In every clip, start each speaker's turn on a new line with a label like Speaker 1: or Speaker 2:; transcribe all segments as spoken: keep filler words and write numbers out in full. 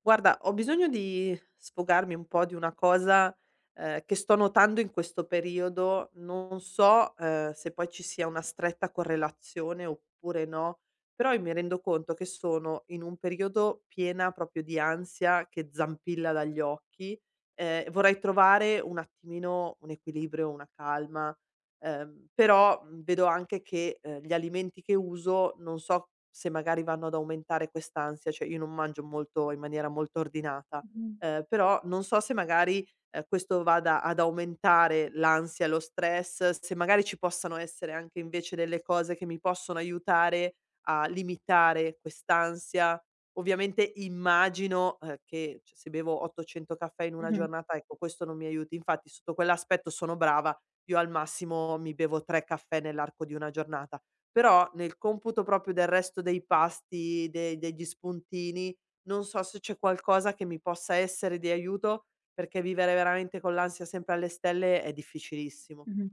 Speaker 1: Guarda, ho bisogno di sfogarmi un po' di una cosa, ehm, che sto notando in questo periodo. Non so, ehm, se poi ci sia una stretta correlazione oppure no, però io mi rendo conto che sono in un periodo piena proprio di ansia che zampilla dagli occhi, ehm, vorrei trovare un attimino un equilibrio, una calma, Ehm, però, mhmm, vedo anche che, ehm, gli alimenti che uso non so se magari vanno ad aumentare quest'ansia, cioè io non mangio molto in maniera molto ordinata,
Speaker 2: Mh-mh,
Speaker 1: ehm, però non so se magari, ehm, questo vada ad aumentare l'ansia, lo stress, se magari ci possano essere anche invece delle cose che mi possono aiutare a limitare quest'ansia. Ovviamente immagino, ehm, che, cioè, se bevo ottocento caffè in una
Speaker 2: mh-mh,
Speaker 1: giornata, ecco, questo non mi aiuti. Infatti sotto quell'aspetto sono brava, io al massimo mi bevo tre caffè nell'arco di una giornata, però nel computo proprio del resto dei pasti, de degli spuntini, non so se c'è qualcosa che mi possa essere di aiuto, perché vivere veramente con l'ansia sempre alle stelle è difficilissimo.
Speaker 2: mh-mh.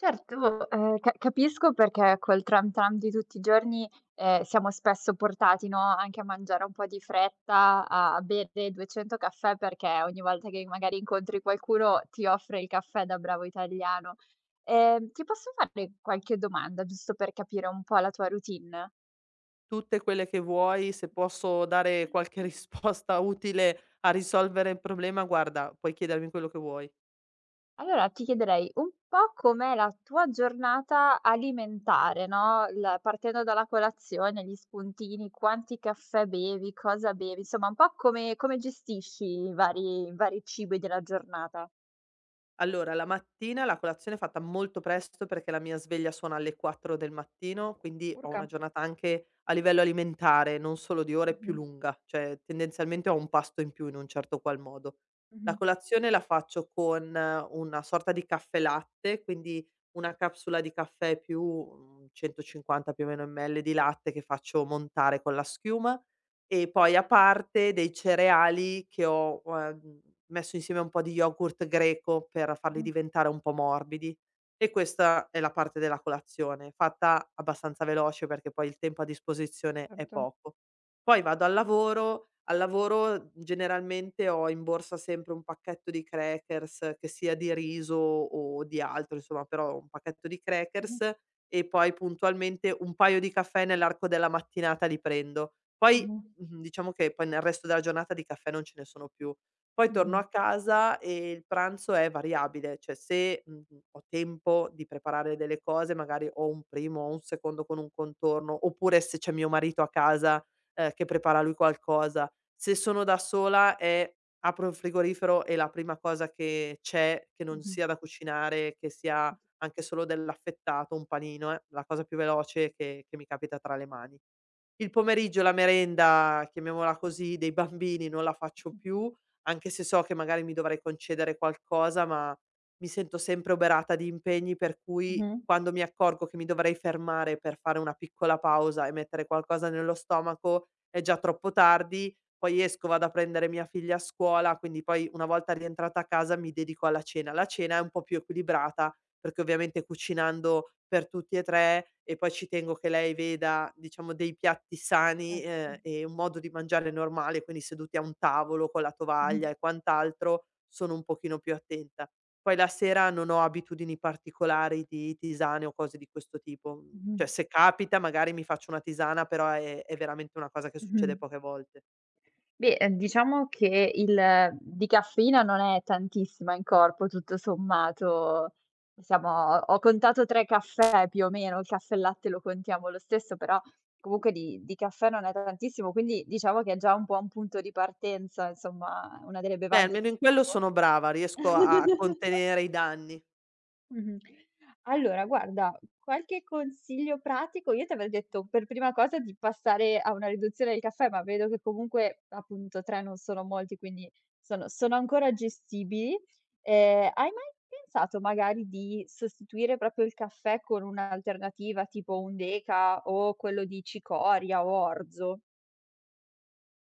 Speaker 2: Certo, ehm, ca capisco perché col tram tram di tutti i giorni, ehm, siamo spesso portati, no, anche a mangiare un po' di fretta, a a bere duecento caffè perché ogni volta che magari incontri qualcuno ti offre il caffè da bravo italiano. Ehm, ti posso fare qualche domanda giusto per capire un po' la tua routine?
Speaker 1: Tutte quelle che vuoi, se posso dare qualche risposta utile a risolvere il problema, guarda, puoi chiedermi quello che vuoi.
Speaker 2: Allora ti chiederei un po' com'è la tua giornata alimentare, no, il partendo dalla colazione, gli spuntini, quanti caffè bevi, cosa bevi, insomma un po' come come gestisci i vari i vari cibi della giornata.
Speaker 1: Allora, la mattina la colazione è fatta molto presto perché la mia sveglia suona alle quattro del mattino, quindi ho una
Speaker 2: Urca.
Speaker 1: giornata anche a livello alimentare, non solo di ore, più
Speaker 2: Mh-mh.
Speaker 1: lunga, cioè tendenzialmente ho un pasto in più in un certo qual modo. La
Speaker 2: Mh-mh.
Speaker 1: colazione la faccio con eh, una sorta di caffè latte, quindi una capsula di caffè più mm, centocinquanta più o meno ml di latte che faccio montare con la schiuma e poi a parte dei cereali che ho, uhm, messo insieme a un po' di yogurt greco per farli
Speaker 2: Mh-mh.
Speaker 1: diventare un po' morbidi. E questa è la parte della colazione, fatta abbastanza veloce perché poi il tempo a disposizione è
Speaker 2: Certo.
Speaker 1: poco. Poi vado al lavoro, al lavoro generalmente ho in borsa sempre un pacchetto di crackers, che sia di riso o di altro, insomma, però un pacchetto di
Speaker 2: Mh-mh.
Speaker 1: crackers e poi puntualmente un paio di caffè nell'arco della mattinata li prendo. Poi
Speaker 2: Mh-mh.
Speaker 1: Mh-mh, diciamo che poi nel resto della giornata di caffè non ce ne sono più. Poi torno
Speaker 2: Mh-mh.
Speaker 1: a casa e il pranzo è variabile, cioè se, mhmm, ho tempo di preparare delle cose, magari ho un primo o un secondo con un contorno, oppure se c'è mio marito a casa, ehm, che prepara lui qualcosa. Se sono da sola è apro il frigorifero e la prima cosa che c'è, che non
Speaker 2: Mh-mh.
Speaker 1: sia da cucinare, che sia anche solo dell'affettato, un panino, è la cosa più veloce che che mi capita tra le mani. Il pomeriggio, la merenda, chiamiamola così, dei bambini non la faccio più, anche se so che magari mi dovrei concedere qualcosa, ma mi sento sempre oberata di impegni, per cui
Speaker 2: Mh-mh.
Speaker 1: quando mi accorgo che mi dovrei fermare per fare una piccola pausa e mettere qualcosa nello stomaco, è già troppo tardi. Poi esco, vado a prendere mia figlia a scuola, quindi poi una volta rientrata a casa mi dedico alla cena. La cena è un po' più equilibrata perché ovviamente cucinando per tutti e tre e poi ci tengo che lei veda, diciamo, dei piatti sani,
Speaker 2: Certo.
Speaker 1: ehm, e un modo di mangiare normale, quindi seduti a un tavolo con la
Speaker 2: Mh-mh.
Speaker 1: tovaglia e quant'altro, sono un pochino più attenta. Poi la sera non ho abitudini particolari di tisane o cose di questo tipo, mhmm,
Speaker 2: Mh-mh.
Speaker 1: cioè se capita magari mi faccio una tisana, però è è veramente una cosa che
Speaker 2: Mh-mh.
Speaker 1: succede poche volte.
Speaker 2: Beh, ehm, diciamo che il di caffeina non è tantissima in corpo, tutto sommato. Siamo ho contato tre caffè più o meno, il caffè e latte lo contiamo lo stesso, però comunque di di caffè non è tantissimo, quindi diciamo che è già un po' un punto di partenza, insomma, una delle
Speaker 1: Beh,
Speaker 2: bevande
Speaker 1: almeno
Speaker 2: più
Speaker 1: in quello sono brava, riesco a a contenere i danni.
Speaker 2: Mh-mh. Allora guarda, qualche consiglio pratico, io ti avrei detto per prima cosa di passare a una riduzione del caffè, ma vedo che comunque appunto tre non sono molti, quindi sono sono ancora gestibili. Ehm, hai mai pensato magari di sostituire proprio il caffè con un'alternativa tipo un deca o quello di cicoria o orzo?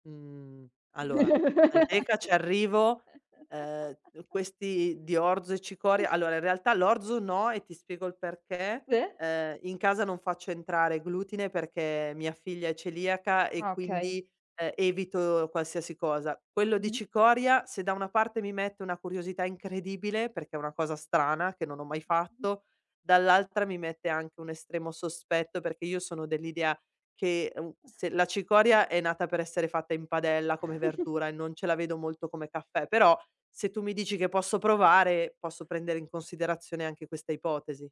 Speaker 1: Mhmm, allora, al teca ci arrivo, ehm, questi di orzo e cicoria allora in realtà l'orzo no e ti spiego il perché:
Speaker 2: Sì?
Speaker 1: ehm, in casa non faccio entrare glutine perché mia figlia è celiaca e
Speaker 2: Ah, okay.
Speaker 1: quindi, ehm, evito qualsiasi cosa. Quello di
Speaker 2: Mh-mh.
Speaker 1: cicoria, se da una parte mi mette una curiosità incredibile, perché è una cosa strana che non ho mai fatto, dall'altra mi mette anche un estremo sospetto perché io sono dell'idea che, uhm, se la cicoria è nata per essere fatta in padella come verdura e non ce la vedo molto come caffè, però se tu mi dici che posso provare, posso prendere in considerazione anche questa ipotesi.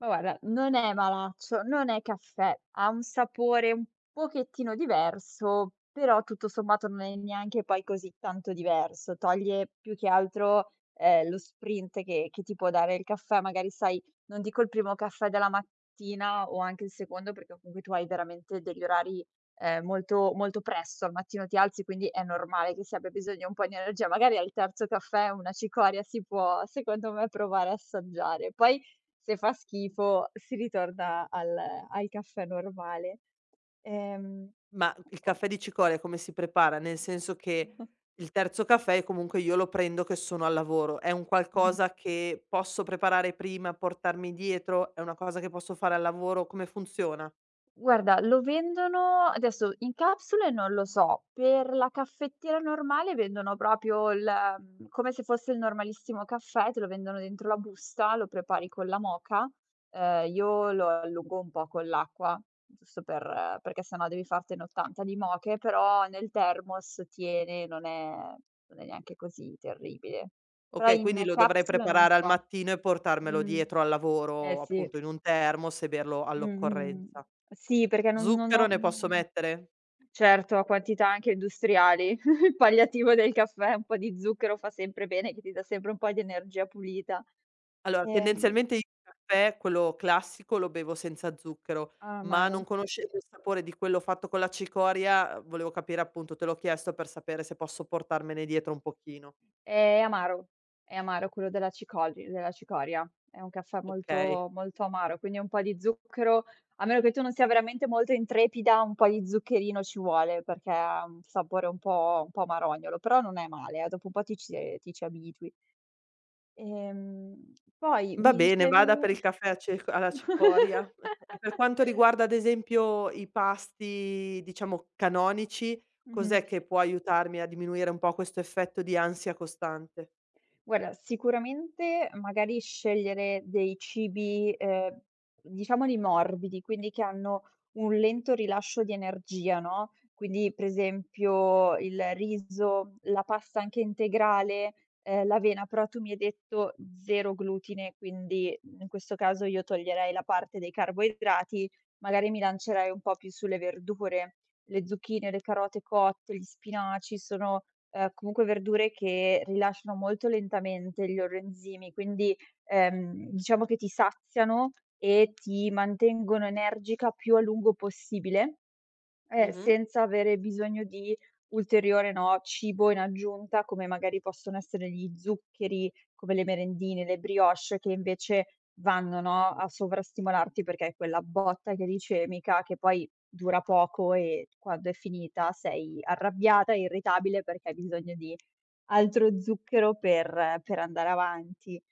Speaker 2: Ma guarda, non è malaccio, non è caffè, ha un sapore un pochettino diverso, però tutto sommato non è neanche poi così tanto diverso. Toglie più che altro, ehm, lo sprint che che ti può dare il caffè. Magari sai, non dico il primo caffè della mattina o anche il secondo, perché comunque tu hai veramente degli orari, ehm, molto molto presto, al mattino ti alzi, quindi è normale che si abbia bisogno un po' di energia. Magari al terzo caffè una cicoria si può, secondo me, provare a assaggiare. Poi se fa schifo si ritorna al al caffè normale. Ehm,
Speaker 1: Ma il caffè
Speaker 2: comunque
Speaker 1: di cicoria come si prepara? Nel senso che
Speaker 2: mh-mh.
Speaker 1: il terzo caffè comunque io lo prendo che sono al lavoro. È un
Speaker 2: Mh-mh.
Speaker 1: qualcosa che posso preparare prima, portarmi dietro? È una cosa che posso fare al lavoro? Come funziona?
Speaker 2: Guarda, lo vendono adesso in capsule non lo so, per la caffettiera normale vendono proprio il mhmm, come se fosse il normalissimo caffè, te lo vendono dentro la busta, lo prepari con la moka. Ehm, io lo allungo un po' con l'acqua, giusto per perché se no devi fartene ottanta di moche, però nel thermos tiene, non è non è neanche così terribile. Però
Speaker 1: Okay, quindi
Speaker 2: in
Speaker 1: lo dovrei
Speaker 2: capsule non
Speaker 1: preparare al
Speaker 2: so.
Speaker 1: mattino e portarmelo
Speaker 2: Mh.
Speaker 1: dietro al
Speaker 2: Eh
Speaker 1: lavoro,
Speaker 2: sì.
Speaker 1: appunto in un termos e berlo
Speaker 2: Mh-mh.
Speaker 1: all'occorrenza.
Speaker 2: Sì, perché non non
Speaker 1: Zucchero
Speaker 2: ho
Speaker 1: ne posso
Speaker 2: mhmm.
Speaker 1: mettere?
Speaker 2: Certo, a quantità anche industriali. Il palliativo del caffè, un po' di zucchero fa sempre bene, che ti dà sempre un po' di energia pulita.
Speaker 1: Allora,
Speaker 2: Ehm,
Speaker 1: tendenzialmente il caffè, quello classico, lo bevo senza zucchero, ma non
Speaker 2: amaro.
Speaker 1: conoscendo il sapore di quello fatto con la cicoria, volevo capire appunto te l'ho chiesto per sapere se posso portarmene dietro un pochino.
Speaker 2: È amaro, è amaro quello della cicoli della cicoria. È un caffè
Speaker 1: Okay.
Speaker 2: molto molto amaro, quindi un po' di zucchero, a meno che tu non sia veramente molto intrepida, un po' di zuccherino ci vuole, perché ha un sapore un po' un po' amarognolo, però non è male, eh, dopo un po' ti ci ehm, ti ci abitui. Ehm, poi
Speaker 1: Va
Speaker 2: mi
Speaker 1: bene, vada
Speaker 2: dicevi
Speaker 1: per il caffè a ce alla cicoria. E per quanto riguarda, ad esempio, i pasti, diciamo, canonici,
Speaker 2: Mh-mh.
Speaker 1: cos'è che può aiutarmi a diminuire un po' questo effetto di ansia costante?
Speaker 2: Guarda, sicuramente magari scegliere dei cibi, ehm, diciamoli morbidi, quindi che hanno un lento rilascio di energia, no, quindi per esempio il riso, la pasta anche integrale, ehm, l'avena, però tu mi hai detto zero glutine, quindi in questo caso io toglierei la parte dei carboidrati, magari mi lancerei un po' più sulle verdure, le zucchine, le carote cotte, gli spinaci sono ehm, comunque verdure che rilasciano molto lentamente gli loro enzimi, quindi, ehm, diciamo che ti saziano e ti mantengono energica più a lungo possibile. Eh,
Speaker 1: Mh-mh.
Speaker 2: senza avere bisogno di ulteriore, no, cibo in aggiunta, come magari possono essere gli zuccheri, come le merendine, le brioche, che invece vanno, no, a sovrastimolarti perché è quella botta glicemica che poi dura poco e quando è finita sei arrabbiata e irritabile perché hai bisogno di altro zucchero per per andare avanti.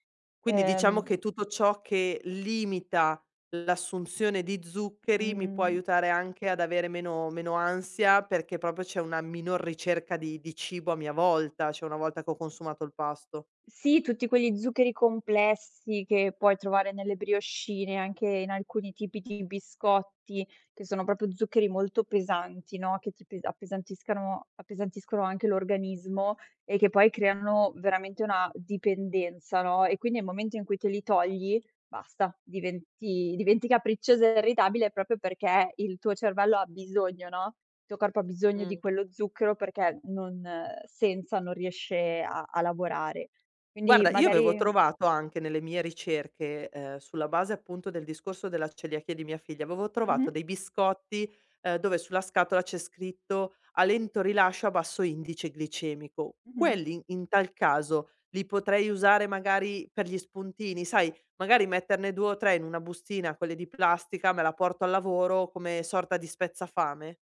Speaker 1: Quindi diciamo che
Speaker 2: Ehm,
Speaker 1: tutto ciò che limita l'assunzione di zuccheri mi può
Speaker 2: mhmm.
Speaker 1: aiutare anche ad avere meno meno ansia, perché proprio c'è una minor ricerca di di cibo a mia volta, cioè una volta che ho consumato il pasto.
Speaker 2: Sì, tutti quegli zuccheri complessi che puoi trovare nelle briochine, anche in alcuni tipi di biscotti, che sono proprio zuccheri molto pesanti, no, che ti pe appesantiscano appesantiscono anche l'organismo e che poi creano veramente una dipendenza, no, e quindi nel momento in cui te li togli, basta, diventi diventi capriccioso e irritabile proprio perché il tuo cervello ha bisogno, no, il tuo corpo ha bisogno di
Speaker 1: Mh.
Speaker 2: quello zucchero perché non eh, senza non riesce a a lavorare. Quindi
Speaker 1: Guarda, io avevo
Speaker 2: magari
Speaker 1: trovato anche nelle mie ricerche, ehm, sulla base appunto del discorso della celiachia di mia figlia, avevo trovato
Speaker 2: mh-mh,
Speaker 1: dei biscotti, ehm, dove sulla scatola c'è scritto: "A lento rilascio, a basso indice glicemico".
Speaker 2: mh-mh.
Speaker 1: Quelli in in tal caso li potrei usare magari per gli spuntini, sai, magari metterne due o tre in una bustina, quelle di plastica, me la porto al lavoro come sorta di spezzafame?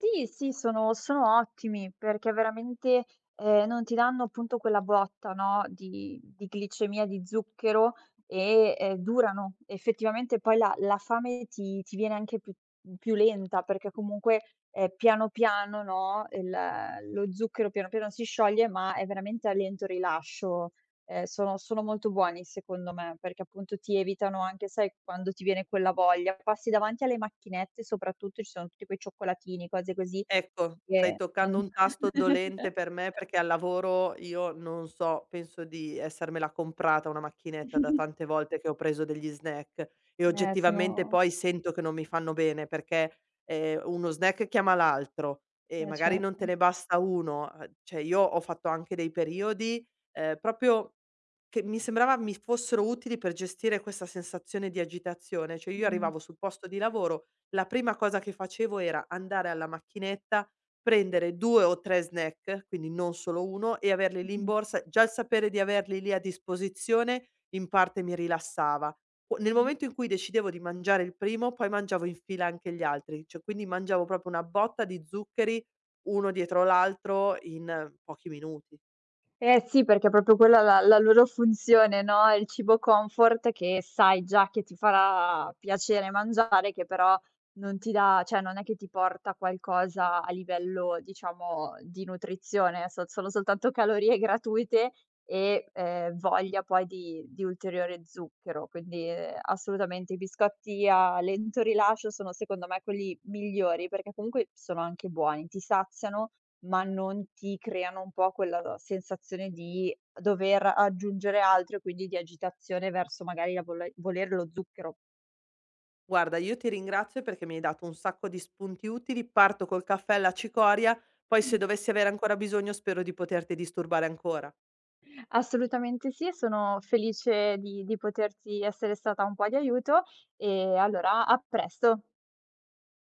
Speaker 2: Sì, sì, sono sono ottimi perché veramente, ehm, non ti danno appunto quella botta, no, di di glicemia, di zucchero e, ehm, durano. Effettivamente poi la la fame ti ti viene anche più più lenta perché comunque, ehm, piano piano, no, il lo zucchero piano piano si scioglie, ma è veramente a lento rilascio. Ehm, sono sono molto buoni secondo me, perché appunto ti evitano anche sai quando ti viene quella voglia, passi davanti alle macchinette soprattutto, ci sono tutti quei cioccolatini, cose così
Speaker 1: Ecco, stai
Speaker 2: che
Speaker 1: toccando
Speaker 2: non
Speaker 1: un tasto dolente per me perché al lavoro io non so, penso di essermela comprata una macchinetta da tante volte che ho preso degli snack e
Speaker 2: eh
Speaker 1: oggettivamente
Speaker 2: sono
Speaker 1: poi sento che non mi fanno bene perché, ehm, uno snack chiama l'altro e
Speaker 2: eh
Speaker 1: magari non
Speaker 2: certo.
Speaker 1: te ne basta uno. Uhm, cioè io ho fatto anche dei periodi, ehm, proprio che mi sembrava mi fossero utili per gestire questa sensazione di agitazione, cioè io
Speaker 2: Mh.
Speaker 1: arrivavo sul posto di lavoro, la prima cosa che facevo era andare alla macchinetta, prendere due o tre snack, quindi non solo uno, e averli lì in
Speaker 2: Mh-mh.
Speaker 1: borsa. Già il sapere di averli lì a disposizione in parte mi rilassava. Qu nel
Speaker 2: Mh.
Speaker 1: momento in cui decidevo di mangiare il primo, poi mangiavo in fila anche gli altri, cioè quindi mangiavo proprio una botta di zuccheri uno dietro l'altro in eh, pochi minuti.
Speaker 2: Eh sì, perché è proprio quella la la loro funzione, no, il cibo comfort che sai già che ti farà piacere mangiare, che però non ti dà cioè non è che ti porta qualcosa a livello, diciamo, di nutrizione, so sono soltanto calorie gratuite e, ehm, voglia poi di di ulteriore zucchero. Quindi, ehm, assolutamente i biscotti a lento rilascio sono secondo me quelli migliori, perché comunque sono anche buoni, ti saziano ma non ti creano un po' quella sensazione di dover aggiungere altro e quindi di agitazione verso magari la vole volere lo zucchero.
Speaker 1: Guarda, io ti ringrazio perché mi hai dato un sacco di spunti utili. Parto col caffè alla cicoria, poi se dovessi avere ancora bisogno spero di poterti disturbare ancora.
Speaker 2: Assolutamente sì, sono felice di di poterti essere stata un po' di aiuto e allora a presto.